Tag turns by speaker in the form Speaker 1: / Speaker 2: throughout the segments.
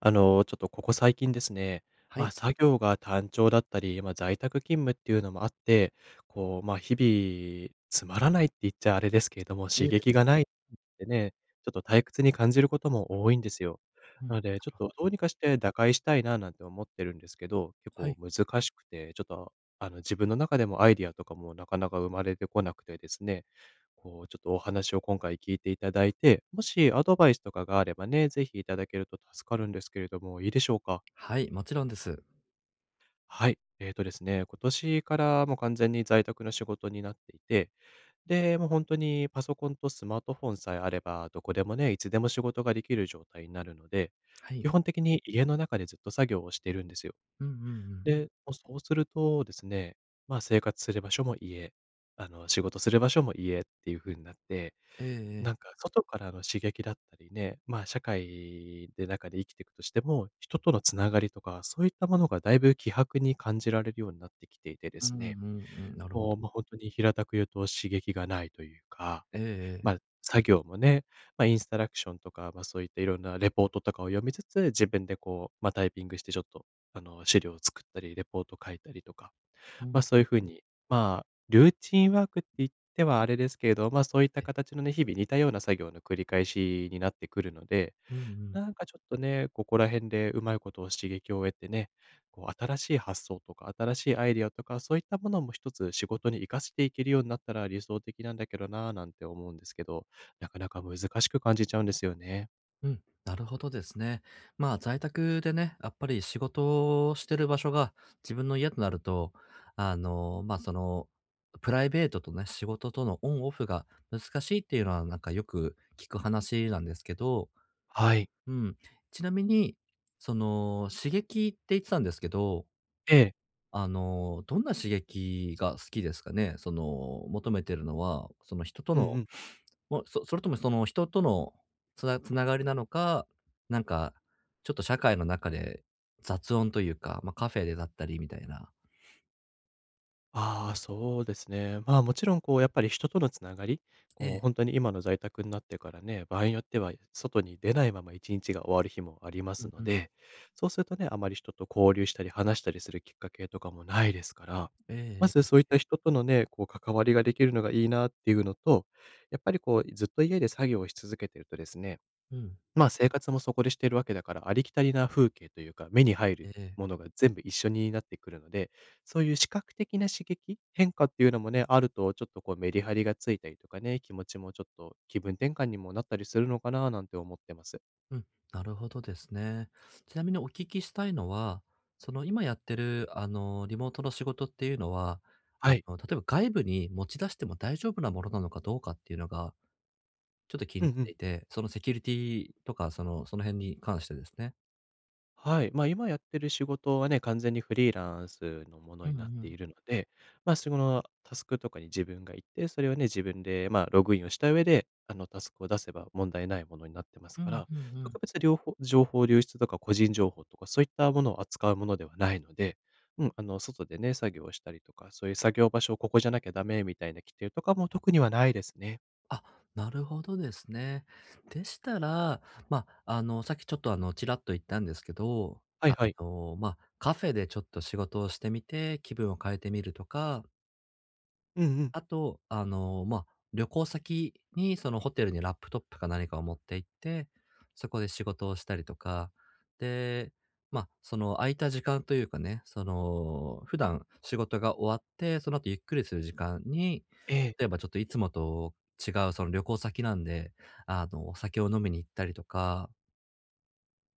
Speaker 1: ちょっとここ最近ですね、
Speaker 2: はい。
Speaker 1: 作業が単調だったり、在宅勤務っていうのもあって、日々つまらないって言っちゃあれですけれども、
Speaker 2: え
Speaker 1: 刺
Speaker 2: え。
Speaker 1: 激がないってね、ちょっと退屈に感じることも多いんですよ。
Speaker 2: うん。な
Speaker 1: な
Speaker 2: る
Speaker 1: ので、ちょっ
Speaker 2: ほ
Speaker 1: とどう
Speaker 2: ど。
Speaker 1: にかして打開したいななんて思ってるんですけど、結
Speaker 2: はい。
Speaker 1: 構難しくて、ちょっと、自分の中でもアイディアとかもなかなか生まれてこなくてですね。ちょっとお話を今回聞いていただいて、もしアドバイスとかがあればね、ぜひいただけると助かるんですけれども、いいでしょうか？
Speaker 2: はい、もちろんです。
Speaker 1: はい。えっとですね、今年からもう完全に在宅の仕事になっていて、で、もう本当にパソコンとスマートフォンさえあれば、どこでもね、いつでも仕事ができる状態になるので、
Speaker 2: はい。
Speaker 1: 基本的に家の中でずっと作業をしているんですよ。
Speaker 2: うんうんうん。
Speaker 1: で、もうそうするとですね、生活する場所も家、仕事する場所も家っていう風になって、
Speaker 2: ええええ。
Speaker 1: なんか外からの刺激だったりね、社会で中で生きていくとしても、人とのつながりとか、そういったものがだいぶ希薄に感じられるようになってきていてで
Speaker 2: うんう
Speaker 1: す
Speaker 2: ん
Speaker 1: ね、
Speaker 2: うん。なるほど。
Speaker 1: ほんに平たく言うと刺激がないというか、
Speaker 2: ええええ。
Speaker 1: ま、作業もね、インストラクションとか、そういったいろんなレポートとかを読みつつ、自分でこう、タイピングしてちょっと、資料を作ったり、レポート書いたりとか、
Speaker 2: うん
Speaker 1: そ
Speaker 2: う
Speaker 1: うい
Speaker 2: ん。
Speaker 1: う風に、ルーチンワークって言ってはあれですけれど、そういった
Speaker 2: え、
Speaker 1: 形のね、日々似たような作業の繰り返しになってくるので、
Speaker 2: うんうん。
Speaker 1: なんかちょっとね、ここら辺でうまいことを刺激を得てね、こう新しい発想とか新しいアイディアとか、そういったものも一つ仕事に活かしていけるようになったら理想的なんだけどな、なんて思うんですけど、なかなか難しく感じちゃうんですよね。
Speaker 2: うん。なるほどですね。まあ、在宅でね、やっぱり仕事をしてる場所が自分の家となると、あの、ま、あその、プライベートとね、仕事とのオンオフが難しいっていうのは、なんかよく聞く話なんですけど。
Speaker 1: はい。
Speaker 2: うん。ちなみに、刺激って言ってたんですけど、
Speaker 1: ええ。
Speaker 2: どんな刺激が好きですかね？その、求めてるのは、その人と
Speaker 1: うんう
Speaker 2: の、
Speaker 1: ん。
Speaker 2: それともその人とのつながりなのか、なんか、ちょっと社会の中で雑音というか、ま、カフェでだったりみたいな。
Speaker 1: ああ、そうですね。もちろんこうやっぱり人とのつながり、
Speaker 2: え
Speaker 1: こう
Speaker 2: え、
Speaker 1: 本当に今の在宅になってからね、場合によっては外に出ないまま1日が終わる日もありま
Speaker 2: う
Speaker 1: す
Speaker 2: んう
Speaker 1: の
Speaker 2: ん。
Speaker 1: で、そうするとね、あまり人と交流したり話したりするきっかけとかもないですから、
Speaker 2: ええ
Speaker 1: ま
Speaker 2: え
Speaker 1: ず
Speaker 2: え
Speaker 1: そう
Speaker 2: え。
Speaker 1: いった人とのね、こう関わりができるのがいいなっていうのと、やっぱりこうずっと家で作業をし続けてるとですね。
Speaker 2: うん。
Speaker 1: 生活もそこでしてるわけだから、ありきたりな風景というか、目に入る
Speaker 2: ええ。
Speaker 1: ものが全部一緒になってくるので、そういう視覚的な刺激、変化っていうのもね、あるとちょっとこうメリハリがついたりとかね、気持ちもちょっと気分転換にもなったりするのかななんて思ってます。
Speaker 2: うん、なるほどですね。ちなみにお聞きしたいのは、その今やってる、リモートの仕事っていうのは、
Speaker 1: はい。
Speaker 2: 例えば外部に持ち出しても大丈夫なものなのかどうかっていうのがちょっと気に
Speaker 1: う
Speaker 2: な
Speaker 1: ん
Speaker 2: っ
Speaker 1: う
Speaker 2: て
Speaker 1: ん。
Speaker 2: いて、そのセキュリティとか、その辺に関してですね。
Speaker 1: はい。今やってる仕事はね、完全にフリーランスのも
Speaker 2: う
Speaker 1: の
Speaker 2: ん
Speaker 1: になっ
Speaker 2: う
Speaker 1: て
Speaker 2: ん。
Speaker 1: いるので、そのタスクとかに自分が行って、それをね、自分で、ログインをした上で、タスクを出せば問題ないものになってます
Speaker 2: う
Speaker 1: か
Speaker 2: ん
Speaker 1: ら、
Speaker 2: うんうん。
Speaker 1: 特別両方情報流出とか個人情報とかそういったものを扱うものではないので、うん、外でね、作業をしたりとか、そういう作業場所をここじゃなきゃダメみたいな規定とかも特にはないですね。
Speaker 2: あ、なるほどですね。でしたら、まあ、さっきちょっと、ちらっと言ったんですけど、
Speaker 1: はいはい。
Speaker 2: まあ、カフェでちょっと仕事をしてみて、気分を変えてみるとか、
Speaker 1: うんうん。
Speaker 2: あと、まあ、旅行先にそのホテルにラップトップか何かを持って行って、そこで仕事をしたりとか、で、まあ、その空いた時間というかね、普段仕事が終わって、その後ゆっくりする時間に、
Speaker 1: ええ。
Speaker 2: 例えばちょっといつもと違うその旅行先なんで、お酒を飲みに行ったりとか、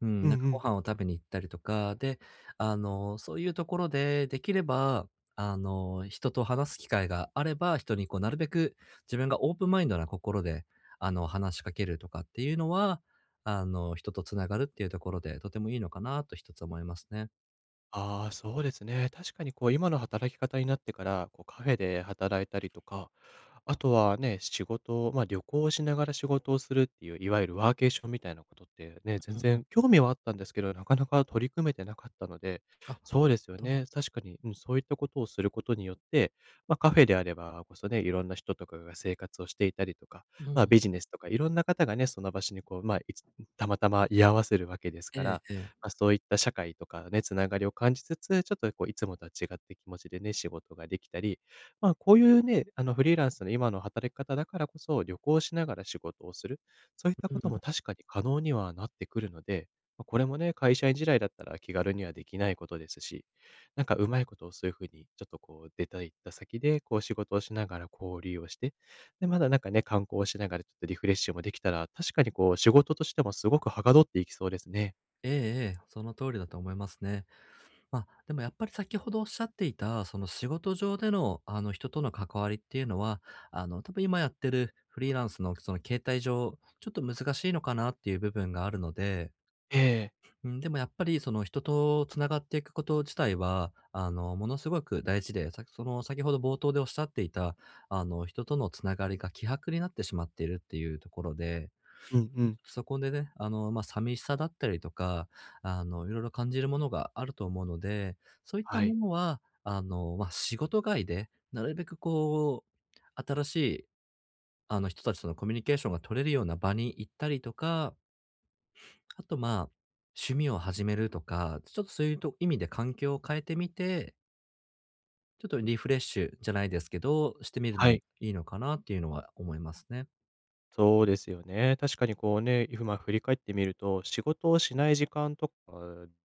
Speaker 2: うん、
Speaker 1: うん
Speaker 2: なんか
Speaker 1: う
Speaker 2: ご
Speaker 1: ん。
Speaker 2: 飯を食べに行ったりとか、で、そういうところで、できれば、人と話す機会があれば、人にこうなるべく自分がオープンマインドな心で、話しかけるとかっていうのは、人とつながるっていうところで、とてもいいのかなと一つ思いますね。
Speaker 1: ああ、そうですね。確かにこう今の働き方になってから、こうカフェで働いたりとか、あとはね、仕事を、旅行をしながら仕事をするっていう、いわゆるワーケーションみたいなことってね、全
Speaker 2: うんうん。
Speaker 1: 然興味はあったんですけど、なかなか取り組めてなかったので、
Speaker 2: あ、なる
Speaker 1: そうですよ
Speaker 2: ほど。
Speaker 1: ね。確かに、うん、そういったことをすることによって、カフェであればこそね、いろんな人とかが生活をしていたりとか、
Speaker 2: うん。
Speaker 1: ビジネスとかいろんな方がね、その場所にこう、たまたま居合わせるわけですか
Speaker 2: ええ
Speaker 1: ら、
Speaker 2: ええ。
Speaker 1: そういった社会とかね、つながりを感じつつ、ちょっとこういつもとは違って気持ちでね、仕事ができたり、まあ、こういうね、あの、フリーランスの今の働き方だからこそ、旅行しながら仕事をする、そういった
Speaker 2: う
Speaker 1: こ
Speaker 2: ん。
Speaker 1: とも確かに可能にはなってくるので、これもね、会社員時代だったら気軽にはできないことですし、なんかうまいことをそういうふうにちょっとこう出た行った先で、こう仕事をしながら交流をして、で、まだなんかね、観光をしながらちょっとリフレッシュもできたら、確かにこう仕事としてもすごくはかどっていきそうですね。
Speaker 2: ええええ、その通りだと思いますね。まあ、でもやっぱり先ほどおっしゃっていた、その仕事上での、人との関わりっていうのは、多分今やってるフリーランスのその形態上、ちょっと難しいのかなっていう部分があるので、
Speaker 1: ええ。
Speaker 2: うん、でもやっぱりその人とつながっていくこと自体は、ものすごく大事で、その先ほど冒頭でおっしゃっていた、人とのつながりが希薄になってしまっているっていうところで、
Speaker 1: うんうん。
Speaker 2: そこでね、まあ、寂しさだったりとか、いろいろ感じるものがあると思うので、そういった
Speaker 1: は
Speaker 2: も
Speaker 1: い。
Speaker 2: のは、まあ、仕事外で、なるべくこう、新しい、人たちとのコミュニケーションが取れるような場に行ったりとか、あと、まあ、趣味を始めるとか、ちょっとそういうと意味で環境を変えてみて、ちょっとリフレッシュじゃないですけど、してみるの
Speaker 1: は
Speaker 2: も
Speaker 1: い。
Speaker 2: いいのかなっていうのは思いますね。
Speaker 1: そうですよね。確かにこうね、今振り返ってみると、仕事をしない時間とか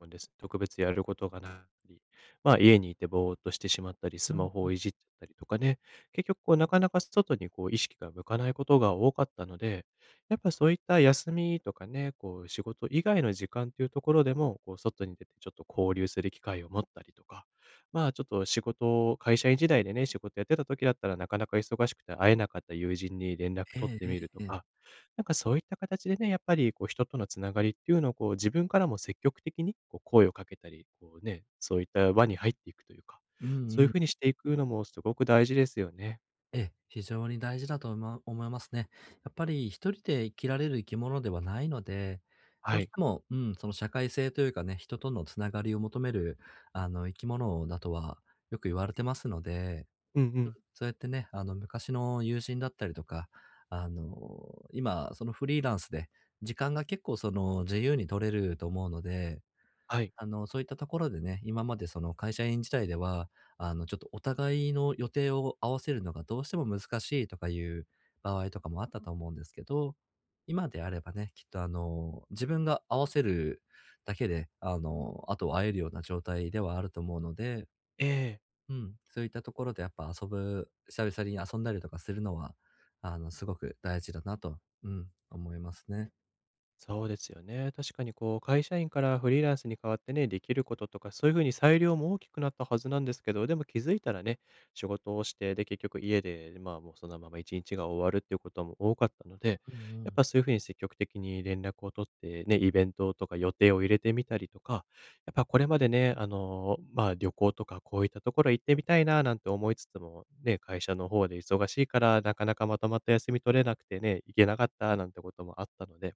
Speaker 1: もですね、特別やることがなかったり、家にいてぼーっとしてしまったり、
Speaker 2: う
Speaker 1: ス
Speaker 2: ん。
Speaker 1: マホをいじっちゃったりとかね、結局こうなかなか外にこう意識が向かないことが多かったので、やっぱそういった休みとかね、こう仕事以外の時間っていうところでも、こう外に出てちょっと交流する機会を持ったりとか、ちょっと仕事を会社員時代でね、仕事やってた時だったらなかなか忙しくて会えなかった友人に連絡
Speaker 2: え
Speaker 1: 取っ
Speaker 2: え
Speaker 1: て
Speaker 2: ええ
Speaker 1: みると
Speaker 2: え
Speaker 1: か、
Speaker 2: え。
Speaker 1: なんかそういった形でね、やっぱりこう人とのつながりっていうのをこう自分からも積極的にこう声をかけたり、こうね、そういった輪に入っていくというか、
Speaker 2: うん
Speaker 1: そうい
Speaker 2: う
Speaker 1: う
Speaker 2: ん。
Speaker 1: ふうにしていくのもすごく大事ですよね。
Speaker 2: ええ、非常に大事だと思いますね。やっぱり一人で生きられる生き物ではないので、ど
Speaker 1: は
Speaker 2: うし
Speaker 1: い。
Speaker 2: ても、うん、その社会性というかね、人とのつながりを求める、生き物だとはよく言われてますので、
Speaker 1: うんうん。
Speaker 2: そうやってね、昔の友人だったりとか、今、そのフリーランスで、時間が結構その自由に取れると思うので、
Speaker 1: はい。
Speaker 2: そういったところでね、今までその会社員時代では、ちょっとお互いの予定を合わせるのがどうしても難しいとかいう場合とかもあったと思うんですけど、今であればね、きっと自分が合わせるだけで、あとは会えるような状態ではあると思うので、
Speaker 1: ええ。
Speaker 2: うん、そういったところでやっぱ久々に遊んだりとかするのは、すごく大事だなと、うん、思いますね。
Speaker 1: そうですよね。確かにこう、会社員からフリーランスに変わってね、できることとか、そういうふうに裁量も大きくなったはずなんですけど、でも気づいたらね、仕事をして、で、結局家で、もうそのまま一日が終わるっていうことも多かったので、
Speaker 2: うんう
Speaker 1: やっ
Speaker 2: ん。
Speaker 1: ぱそういうふうに積極的に連絡を取って、ね、イベントとか予定を入れてみたりとか、やっぱこれまでね、旅行とかこういったところ行ってみたいななんて思いつつも、ね、会社の方で忙しいから、なかなかまとまった休み取れなくてね、行けなかったなんてこともあったので、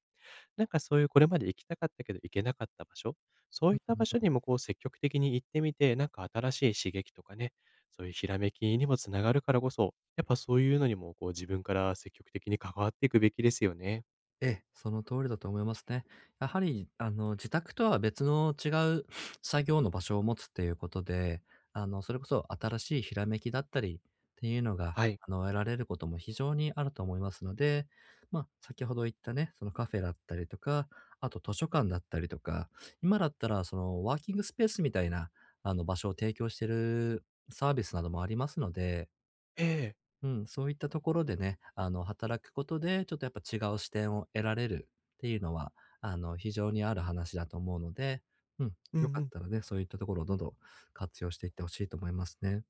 Speaker 1: なんかそういうこれまで行きたかったけど行けなかった場所、そういった場所にもこう積極的に行ってみて、なんか新しい刺激とかね、そういうひらめきにもつながるからこそ、やっぱそういうのにもこう自分から積極的に関わっていくべきですよね。
Speaker 2: ええ、その通りだと思いますね。やはり、自宅とは違う作業の場所を持つっていうことで、それこそ新しいひらめきだったりっていうのが、
Speaker 1: はい。
Speaker 2: 得られることも非常にあると思いますので、まあ、先ほど言ったね、そのカフェだったりとか、あと図書館だったりとか、今だったらそのワーキングスペースみたいな、場所を提供しているサービスなどもありますので、
Speaker 1: ええ。
Speaker 2: うん、そういったところでね、働くことで、ちょっとやっぱ違う視点を得られるっていうのは、非常にある話だと思うので、うん、
Speaker 1: うんう
Speaker 2: よかっ
Speaker 1: ん。
Speaker 2: たらね、そういったところをどんどん活用していってほしいと思いますね。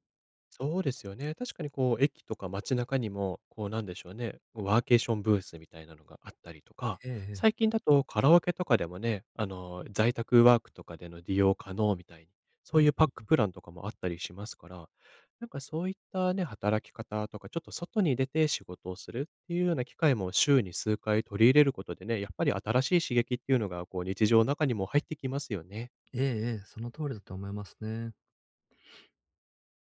Speaker 1: そうですよね。確かにこう、駅とか街中にも、こうなんでしょうね、ワーケーションブースみたいなのがあったりとか、
Speaker 2: えええ
Speaker 1: 最
Speaker 2: え。
Speaker 1: 近だとカラオケとかでもね、在宅ワークとかでの利用可能みたいに、そ
Speaker 2: う
Speaker 1: う
Speaker 2: ん。
Speaker 1: いうパックプランとかもあったりしますから、なんかそういったね、働き方とか、ちょっと外に出て仕事をするっていうような機会も週に数回取り入れることでね、やっぱり新しい刺激っていうのが、こう日常の中にも入ってきますよね。
Speaker 2: ええええ、その通りだと思いますね。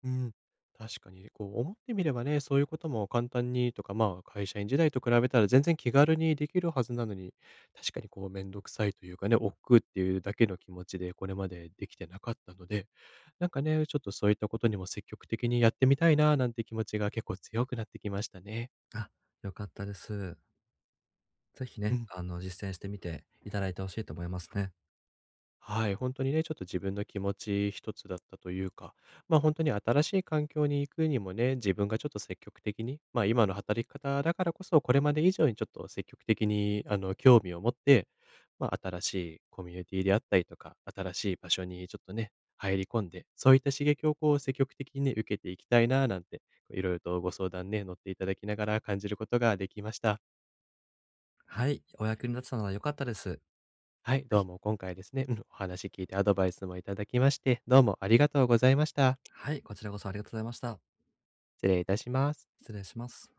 Speaker 1: うん。確かに、こう思ってみればね、そういうことも簡単にとか、会社員時代と比べたら全然気軽にできるはずなのに、確かにこうめんどくさいというかね、億劫っていうだけの気持ちでこれまでできてなかったので、なんかね、ちょっとそういったことにも積極的にやってみたいななんて気持ちが結構強くなってきましたね。
Speaker 2: あ、よかったです。ぜひ
Speaker 1: う
Speaker 2: ね、
Speaker 1: ん。
Speaker 2: 実践してみていただいてほしいと思いますね。
Speaker 1: はい、本当にね、ちょっと自分の気持ち一つだったというか、本当に新しい環境に行くにもね、自分がちょっと積極的に、今の働き方だからこそ、これまで以上にちょっと積極的に、興味を持って、新しいコミュニティであったりとか、新しい場所にちょっとね、入り込んで、そういった刺激をこう積極的にね、受けていきたいななんて、いろいろとご相談ね、乗っていただきながら感じることができました。
Speaker 2: はい、お役に立てたのは良かったです。ぜ
Speaker 1: はい、どう
Speaker 2: ひ
Speaker 1: も今回ですね、うん、お話聞いてアドバイスもいただきまして、どうもありがとうございました。
Speaker 2: はい、こちらこそありがとうございました。
Speaker 1: 失礼いたします。
Speaker 2: 失礼します。